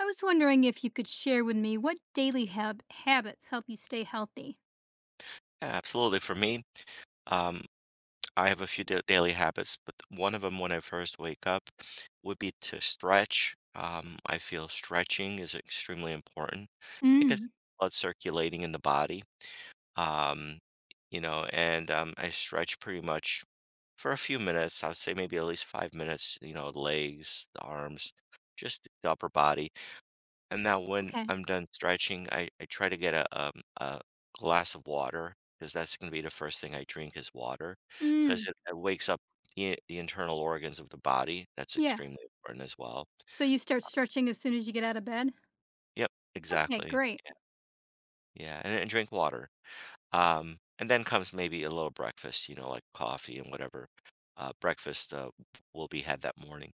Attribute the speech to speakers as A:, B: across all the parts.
A: I was wondering if you could share with me what daily habits help you stay healthy.
B: Yeah, absolutely. For me, um, I have a few daily habits, but one of them when I first wake up would be to stretch. I feel stretching is extremely important. It gets
A: Mm.
B: blood circulating in the body, um, you know, and I stretch pretty much for a few minutes. I would say maybe at least 5 minutes, you know, legs, the arms, just the upper body. And now when
A: Okay.
B: I'm done stretching, I try to get a glass of water, because that's gonna be the first thing I drink is water, 'cause
A: Mm.
B: it wakes up the internal organs of the body. That's
A: Yeah.
B: extremely important as well.
A: So you start stretching as soon as you get out of bed?
B: Yep,
A: Okay,
B: exactly.
A: great.
B: Yeah, yeah, and drink water. And then comes maybe a little breakfast, you know, like coffee and whatever, breakfast, will be had that morning.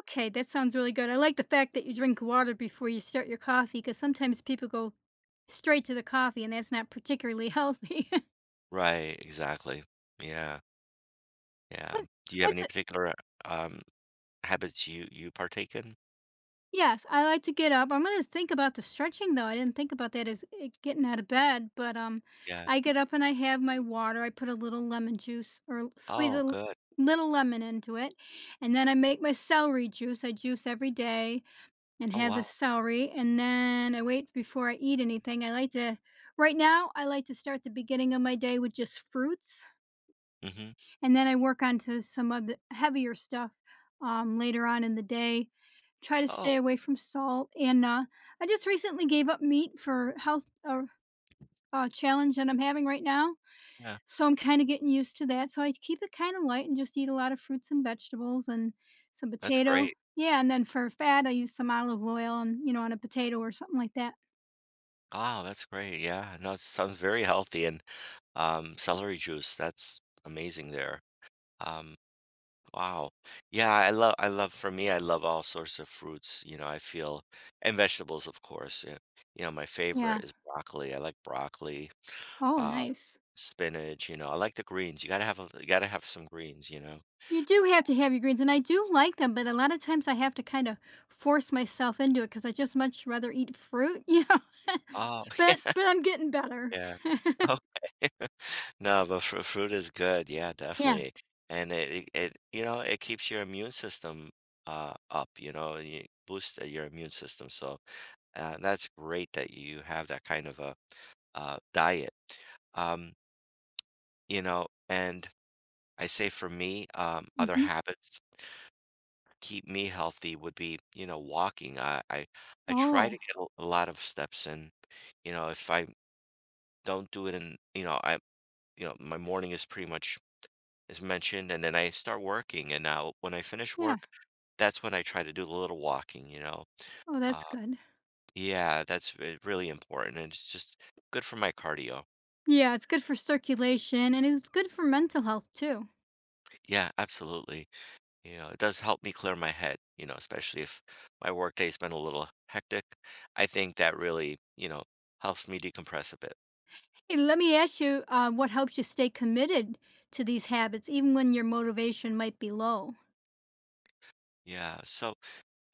A: Okay, that sounds really good. I like the fact that you drink water before you start your coffee because sometimes people go straight to the coffee and that's not particularly healthy.
B: Right, exactly. Yeah, yeah.
A: what,
B: Do you have
A: what
B: any particular, um, habits you partake in?
A: Yes, I like to get up. I'm gonna think about the stretching though. I didn't think about that as getting out of bed, but
B: Yeah.
A: I get up and I have my water. I put a little lemon juice or squeeze a
B: Oh, good.
A: little lemon into it, and then I make my celery juice. I juice every day and
B: Oh,
A: have the
B: wow.
A: celery, and then I wait before I eat anything. I like to. Right now, I like to start the beginning of my day with just fruits.
B: Mhm.
A: And then I work onto some of the heavier stuff, later on in the day. Try to stay
B: Oh,
A: away from salt, and, I just recently gave up meat for health or, challenge that I'm having right now,
B: yeah.
A: so I'm kinda getting used to that, so I keep it kinda light and just eat a lot of fruits and vegetables and some
B: That's
A: potato.
B: great.
A: Yeah, and then for fat, I use some olive oil and, you know, on a potato or something like that.
B: Wow, that's great. Yeah. No, it sounds very healthy and celery juice, that's amazing there. Um, wow. Yeah, I love for me, I love all sorts of fruits, you know, I feel and vegetables, of course. Yeah. You know, my
A: Yeah.
B: favorite is broccoli. I like broccoli,
A: Oh,
B: uh,
A: nice.
B: spinach, you know. I like the greens. You gotta have some greens, you know.
A: You do have to have your greens, and I do like them, but a lot of times I have to kind of force myself into it because I just much rather eat fruit, you know?
B: Oh,
A: But I'm getting better.
B: yeah. Okay. No, but fruit is good. Yeah,
A: Yeah.
B: definitely. And you know, it keeps your immune system up, you know, and you boost your immune system. So, that's great that you have that kind of a diet. Um, you know, and I say for me, other
A: Mhm.
B: habits keep me healthy would be, you know, walking. I try to
A: Oh,
B: get a lot of steps in. You know, if I don't do it in, you know, I, you know, my morning is pretty much is mentioned, and then I start working, and now when I finish
A: yeah.
B: work, that's when I try to do a little walking, you know?
A: Oh, that's
B: Uh,
A: good.
B: yeah, that's really important, and it's just good for my cardio.
A: Yeah, it's good for circulation, and it's good for mental health too.
B: Yeah, absolutely. You know, it does help me clear my head, you know, especially if my workday's been a little hectic. I think that really, you know, helps me decompress a bit.
A: Hey, let me ask you, what helps you stay committed to these habits even when your motivation might be low?
B: Yeah, so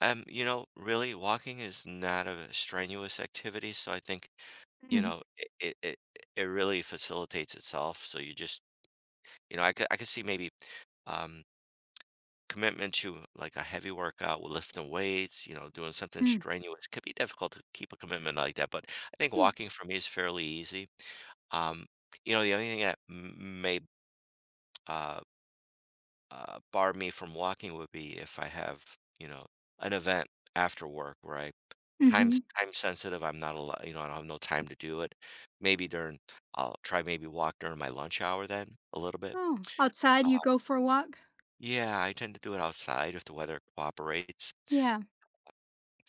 B: you know, really walking is not a strenuous activity, so I think you
A: Mm,
B: know it really facilitates itself, so you just, you know, I could see maybe, um, commitment to like a heavy workout with lifting weights, you know, doing something
A: mm,
B: strenuous could be difficult to keep a commitment like that. But I think
A: yeah.
B: walking for me is fairly easy. Um, you know, the only thing that may, uh, bar me from walking would be if I have, you know, an event after work where I time
A: Mhm.
B: time sensitive. I'm not allowed, you know, I don't have no time to do it. Maybe during, I'll try maybe walk during my lunch hour then a little bit.
A: Oh, outside, you go for a walk?
B: Yeah, I tend to do it outside if the weather cooperates,
A: Yeah.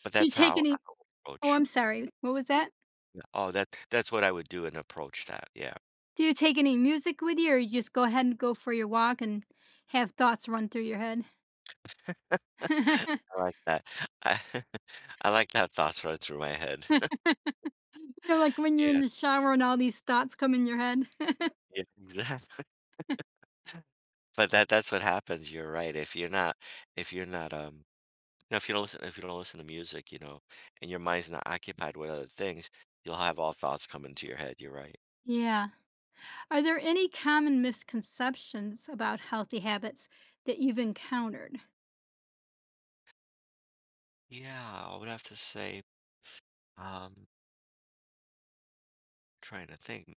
B: but
A: Do you
B: that's
A: take
B: how I
A: any Oh,
B: approach.
A: I'm sorry. What was that?
B: Yeah. Oh, that's what I would do and approach that, yeah.
A: Do you take any music with you, or you just go ahead and go for your walk and have thoughts run through your head?
B: I like that. I I like that thoughts run through my head.
A: You know, like when you're in
B: Yeah,
A: the shower and all these thoughts come in your head?
B: yeah, exactly. But that's what happens, you're right, if you're not, now if you don't listen to music, you know, and your mind's not occupied with other things, you'll have all thoughts come into your head, you're right.
A: Yeah. Are there any common misconceptions about healthy habits that you've encountered?
B: Yeah, I would have to say, um, trying to think,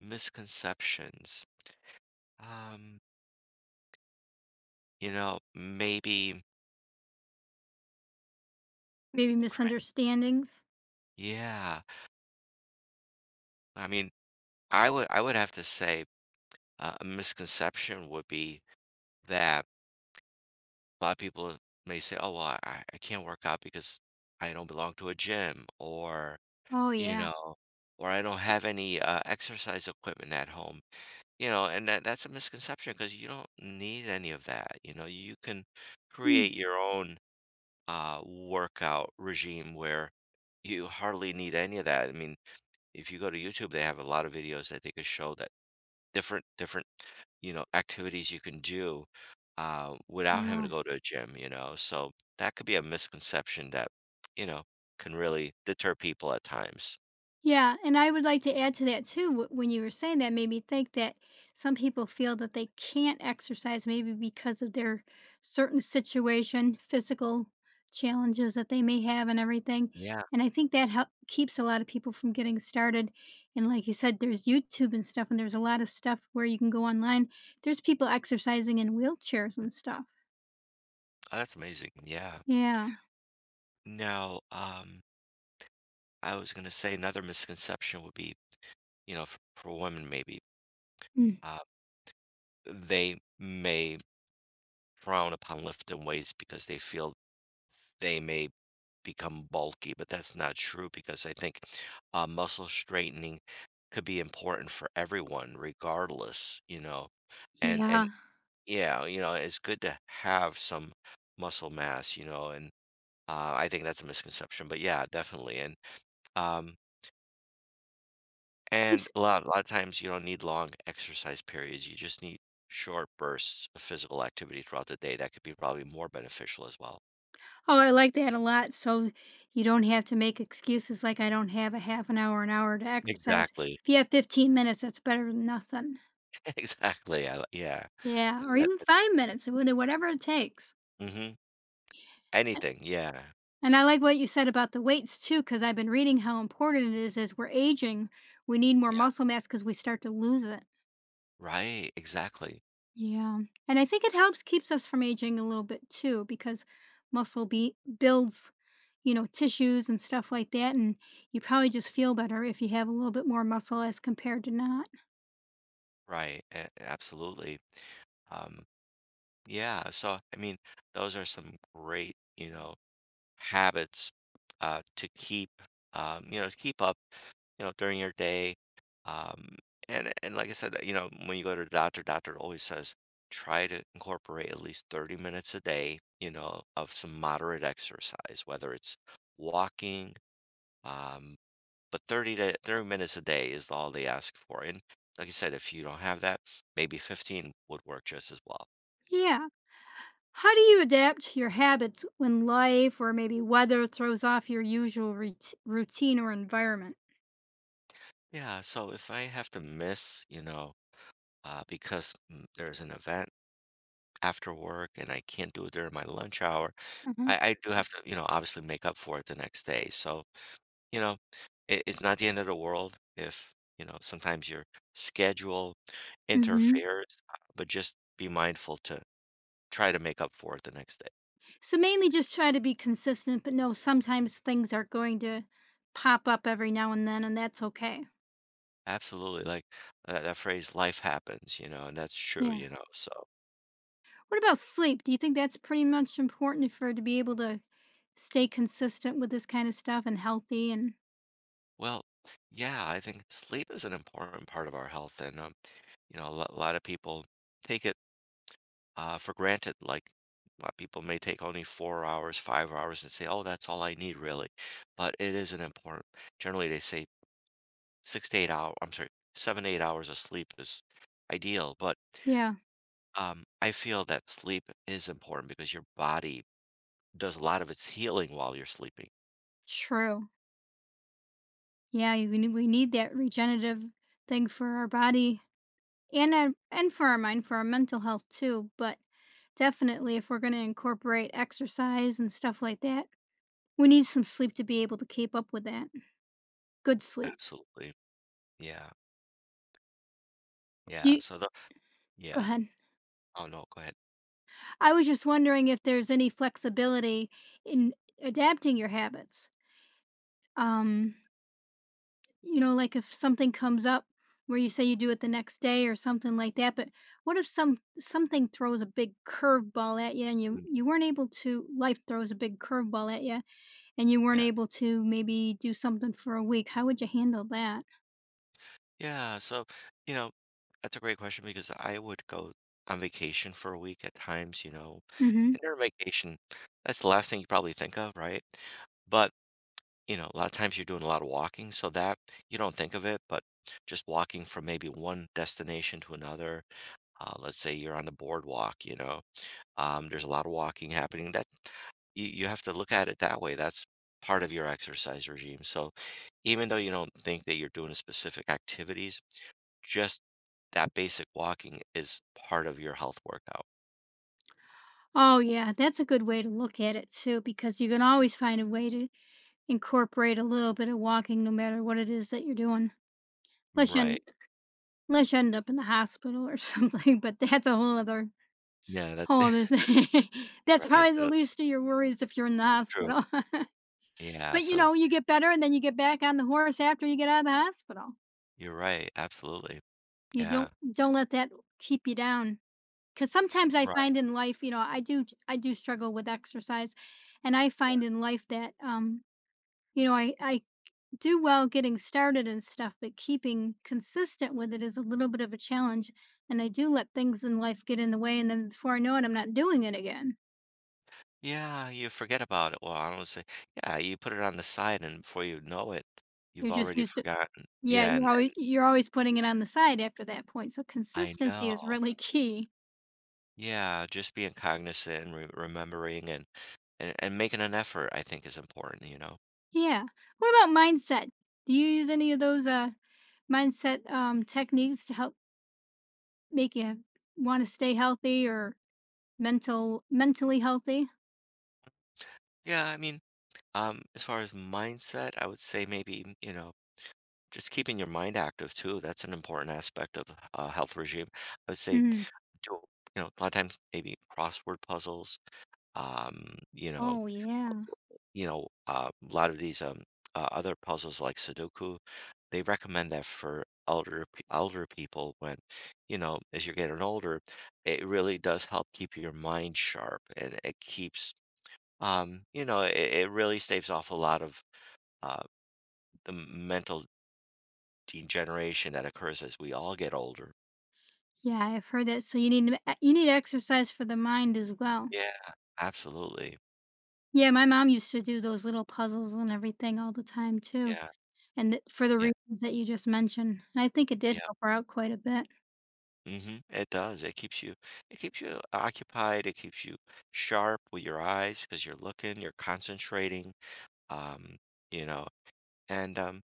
B: misconceptions. Um, you know, maybe
A: Maybe
B: try.
A: misunderstandings?
B: Yeah. I mean, I would have to say, a misconception would be that a lot of people may say, "Oh, well, I can't work out because I don't belong to a gym," or,
A: Oh,
B: you
A: yeah.
B: know, or, "I don't have any, exercise equipment at home," you know, and that's a misconception because you don't need any of that, you know? You can
A: Mm,
B: create your own, workout regime where you hardly need any of that. I mean, if you go to YouTube, they have a lot of videos that they could show that different, you know, activities you can do, without having
A: yeah.
B: to go to a gym, you know? So, that could be a misconception that, you know, can really deter people at times.
A: Yeah, and I would like to add to that too. When you were saying that, made me think that some people feel that they can't exercise maybe because of their certain situation, physical challenges that they may have, and everything.
B: Yeah,
A: And I think that keeps a lot of people from getting started. And like you said, there's YouTube and stuff, and there's a lot of stuff where you can go online. There's people exercising in wheelchairs and stuff.
B: oh, that's amazing, yeah.
A: Yeah.
B: Now, I was gonna say another misconception would be, you know, f for women maybe,
A: Mm.
B: uh, they may frown upon lifting weights because they feel they may become bulky, but that's not true because I think, muscle straightening could be important for everyone, regardless, you know. And
A: Yeah.
B: yeah, you know, it's good to have some muscle mass, you know, and, I think that's a misconception, but yeah, definitely. Um, and
A: Keeps
B: a lot of times you don't need long exercise periods. You just need short bursts of physical activity throughout the day. That could be probably more beneficial as well.
A: Oh, I like that a lot, so you don't have to make excuses like, "I don't have a half an hour to exercise."
B: Exactly.
A: If you have 15 minutes, that's better than nothing.
B: Exactly. Yeah.
A: Yeah,
B: And
A: or
B: that,
A: even 5 minutes, whatever it takes.
B: hmm
A: A
B: anything, yeah.
A: and I like what you said about the weights too, because 'cause I've been reading how important it is as we're aging, we need more
B: Yeah,
A: muscle mass because we start to lose it.
B: right, exactly,
A: Yeah. And I think it helps keeps us from aging a little bit too because muscle be builds, you know, tissues and stuff like that and you probably just feel better if you have a little bit more muscle as compared to not.
B: right, a absolutely, um, yeah, so, I mean, those are some great, you know, habits, to keep, you know, keep up, you know, during your day, um, and like I said, you know, when you go to the doctor, doctor always says, "Try to incorporate at least 30 minutes a day, you know, of some moderate exercise," whether it's walking, um but 30 minutes a day is all they ask for, and like I said, if you don't have that, maybe 15 would work just as well.
A: Yeah. How do you adapt your habits when life or maybe weather throws off your usual routine or environment?
B: Yeah, so if I have to miss, you know, there's an event after work and I can't do it during my lunch hour,
A: hmm
B: I do have to, you know, obviously make up for it the next day. So, you know, it's not the end of the world if, you know, sometimes your schedule
A: hmm
B: interferes, but just be mindful to try to make up for it the next day.
A: So mainly just try to be consistent, but no, sometimes things are going to pop up every now and then, and that's okay.
B: Absolutely, like, that phrase, "Life happens," you know, and that's true,
A: Yeah.
B: you know, so
A: What about sleep? Do you think that's pretty much important for to be able to stay consistent with this kind of stuff and healthy and
B: well, yeah, I think sleep is an important part of our health, and, you know, a lot of people take it, for granted, like, a lot of people may take only 4 hours, 5 hours and say, "Oh, that's all I need, really," but it is an important generally, they say 6 to 8 hour I'm sorry, 7 to 8 hours of sleep is ideal, but,
A: yeah,
B: I feel that sleep is important because your body does a lot of its healing while you're sleeping.
A: true. Yeah, you we need that regenerative thing for our body and for our mind, for our mental health too, but definitely if we're going to incorporate exercise and stuff like that, we need some sleep to be able to keep up with that. Good sleep.
B: Absolutely. Yeah. Yeah.
A: You
B: So the
A: go
B: yeah.
A: ahead.
B: Oh, no, go ahead.
A: I was just wondering if there's any flexibility in adapting your habits. Um, you know, like if something comes up where you say you do it the next day or something like that, but what if something throws a big curveball at you and you
B: Mm,
A: you weren't able to life throws a big curveball at you and you weren't
B: yeah.
A: able to maybe do something for a week? How would you handle that?
B: Yeah, so, you know, that's a great question because I would go on vacation for a week at times, you know,
A: Mhm.
B: and during vacation, that's the last thing you probably think of, right? But, you know, a lot of times you're doing a lot of walking, so that you don't think of it, but just walking from maybe one destination to another, let's say you're on the boardwalk, you know, there's a lot of walking happening. That you have to look at it that way. That's part of your exercise regime. So even though you don't think that you're doing specific activities, just that basic walking is part of your health workout.
A: Oh yeah, that's a good way to look at it too because you can always find a way to incorporate a little bit of walking no matter what it is that you're doing. Unless you,
B: Right.
A: end, unless you end up in the hospital or something, but that's a whole other
B: Yeah, that's
A: Oh, that's that's
B: right.
A: probably the least of your worries if you're in the
B: True.
A: hospital.
B: Yeah,
A: But, you
B: so
A: know, you get better and then you get back on the horse after you get out of the hospital.
B: you're right. Absolutely.
A: You
B: Yeah.
A: don't don't let that keep you down. Because sometimes I
B: Right.
A: find in life, you know, I do struggle with exercise, and I find in life that, you know, I do well getting started and stuff, but keeping consistent with it is a little bit of a challenge, and I do let things in life get in the way, and then before I know it, I'm not doing it again.
B: Yeah, you forget about it. Well, I don't say, yeah, you put it on the side and before you know it, you've
A: You're just
B: already
A: used to
B: forgotten.
A: Yeah,
B: Yeah,
A: you're always
B: and
A: you're always putting
B: yeah,
A: it on the side after that point, so
B: I
A: consistency is
B: know.
A: really key.
B: Yeah, just being cognizant and re remembering and making an effort, I think, is important, you know.
A: Yeah. What about mindset? Do you use any of those, mindset, techniques to help make you wanna stay healthy or mentally healthy?
B: Yeah, I mean, as far as mindset, I would say maybe you know, just keeping your mind active too, that's an important aspect of a health regime, I would say.
A: Mhm.
B: Do you know, a lot of times maybe crossword puzzles, um you know
A: Oh, yeah.
B: a lot of these, other puzzles like sudoku, they recommend that for elder people when, you know, as you're getting older, it really does help keep your mind sharp and it keeps, it really staves off a lot of, uh, the mental degeneration that occurs as we all get older.
A: Yeah, I've heard that, so you need to e you need exercise for the mind as well.
B: Yeah, absolutely.
A: Yeah, my mom used to do those little puzzles and everything all the time too,
B: Yeah,
A: and th for the
B: yeah,
A: reasons that you just mentioned, and I think it did
B: yeah.
A: help her out quite a bit.
B: It does. It keeps you occupied. It keeps you sharp with your eyes because you're looking, you're concentrating. Um, you know, and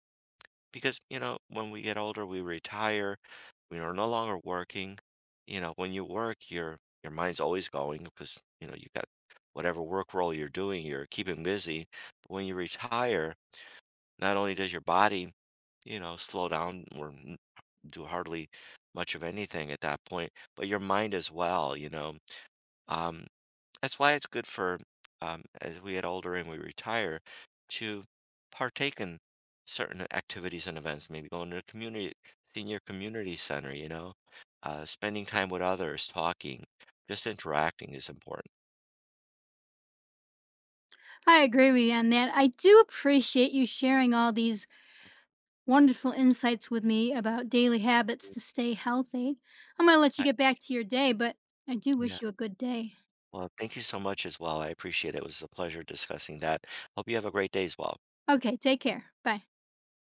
B: Because, you know, when we get older, we retire, we are no longer working. You know, when you work, your mind's always going because, you know, you got whatever work role you're doing, you're keeping busy. But when you retire, not only does your body, you know, slow down or n- do hardly much of anything at that point, but your mind as well, you know. Um, that's why it's good for, as we get older and we retire, to partake in certain activities and events, maybe going to a community, senior community center, you know, spending time with others, talking, just interacting is important.
A: I agree with you on that. I do appreciate you sharing all these wonderful insights with me about daily habits to stay healthy. I'm going to let you
B: I-
A: get back to your day, but I do
B: yeah.
A: wish you a good day.
B: Well, thank you so much as well. I appreciate it. It was a pleasure discussing that. Hope you have a great day as well.
A: Okay, take care. Bye.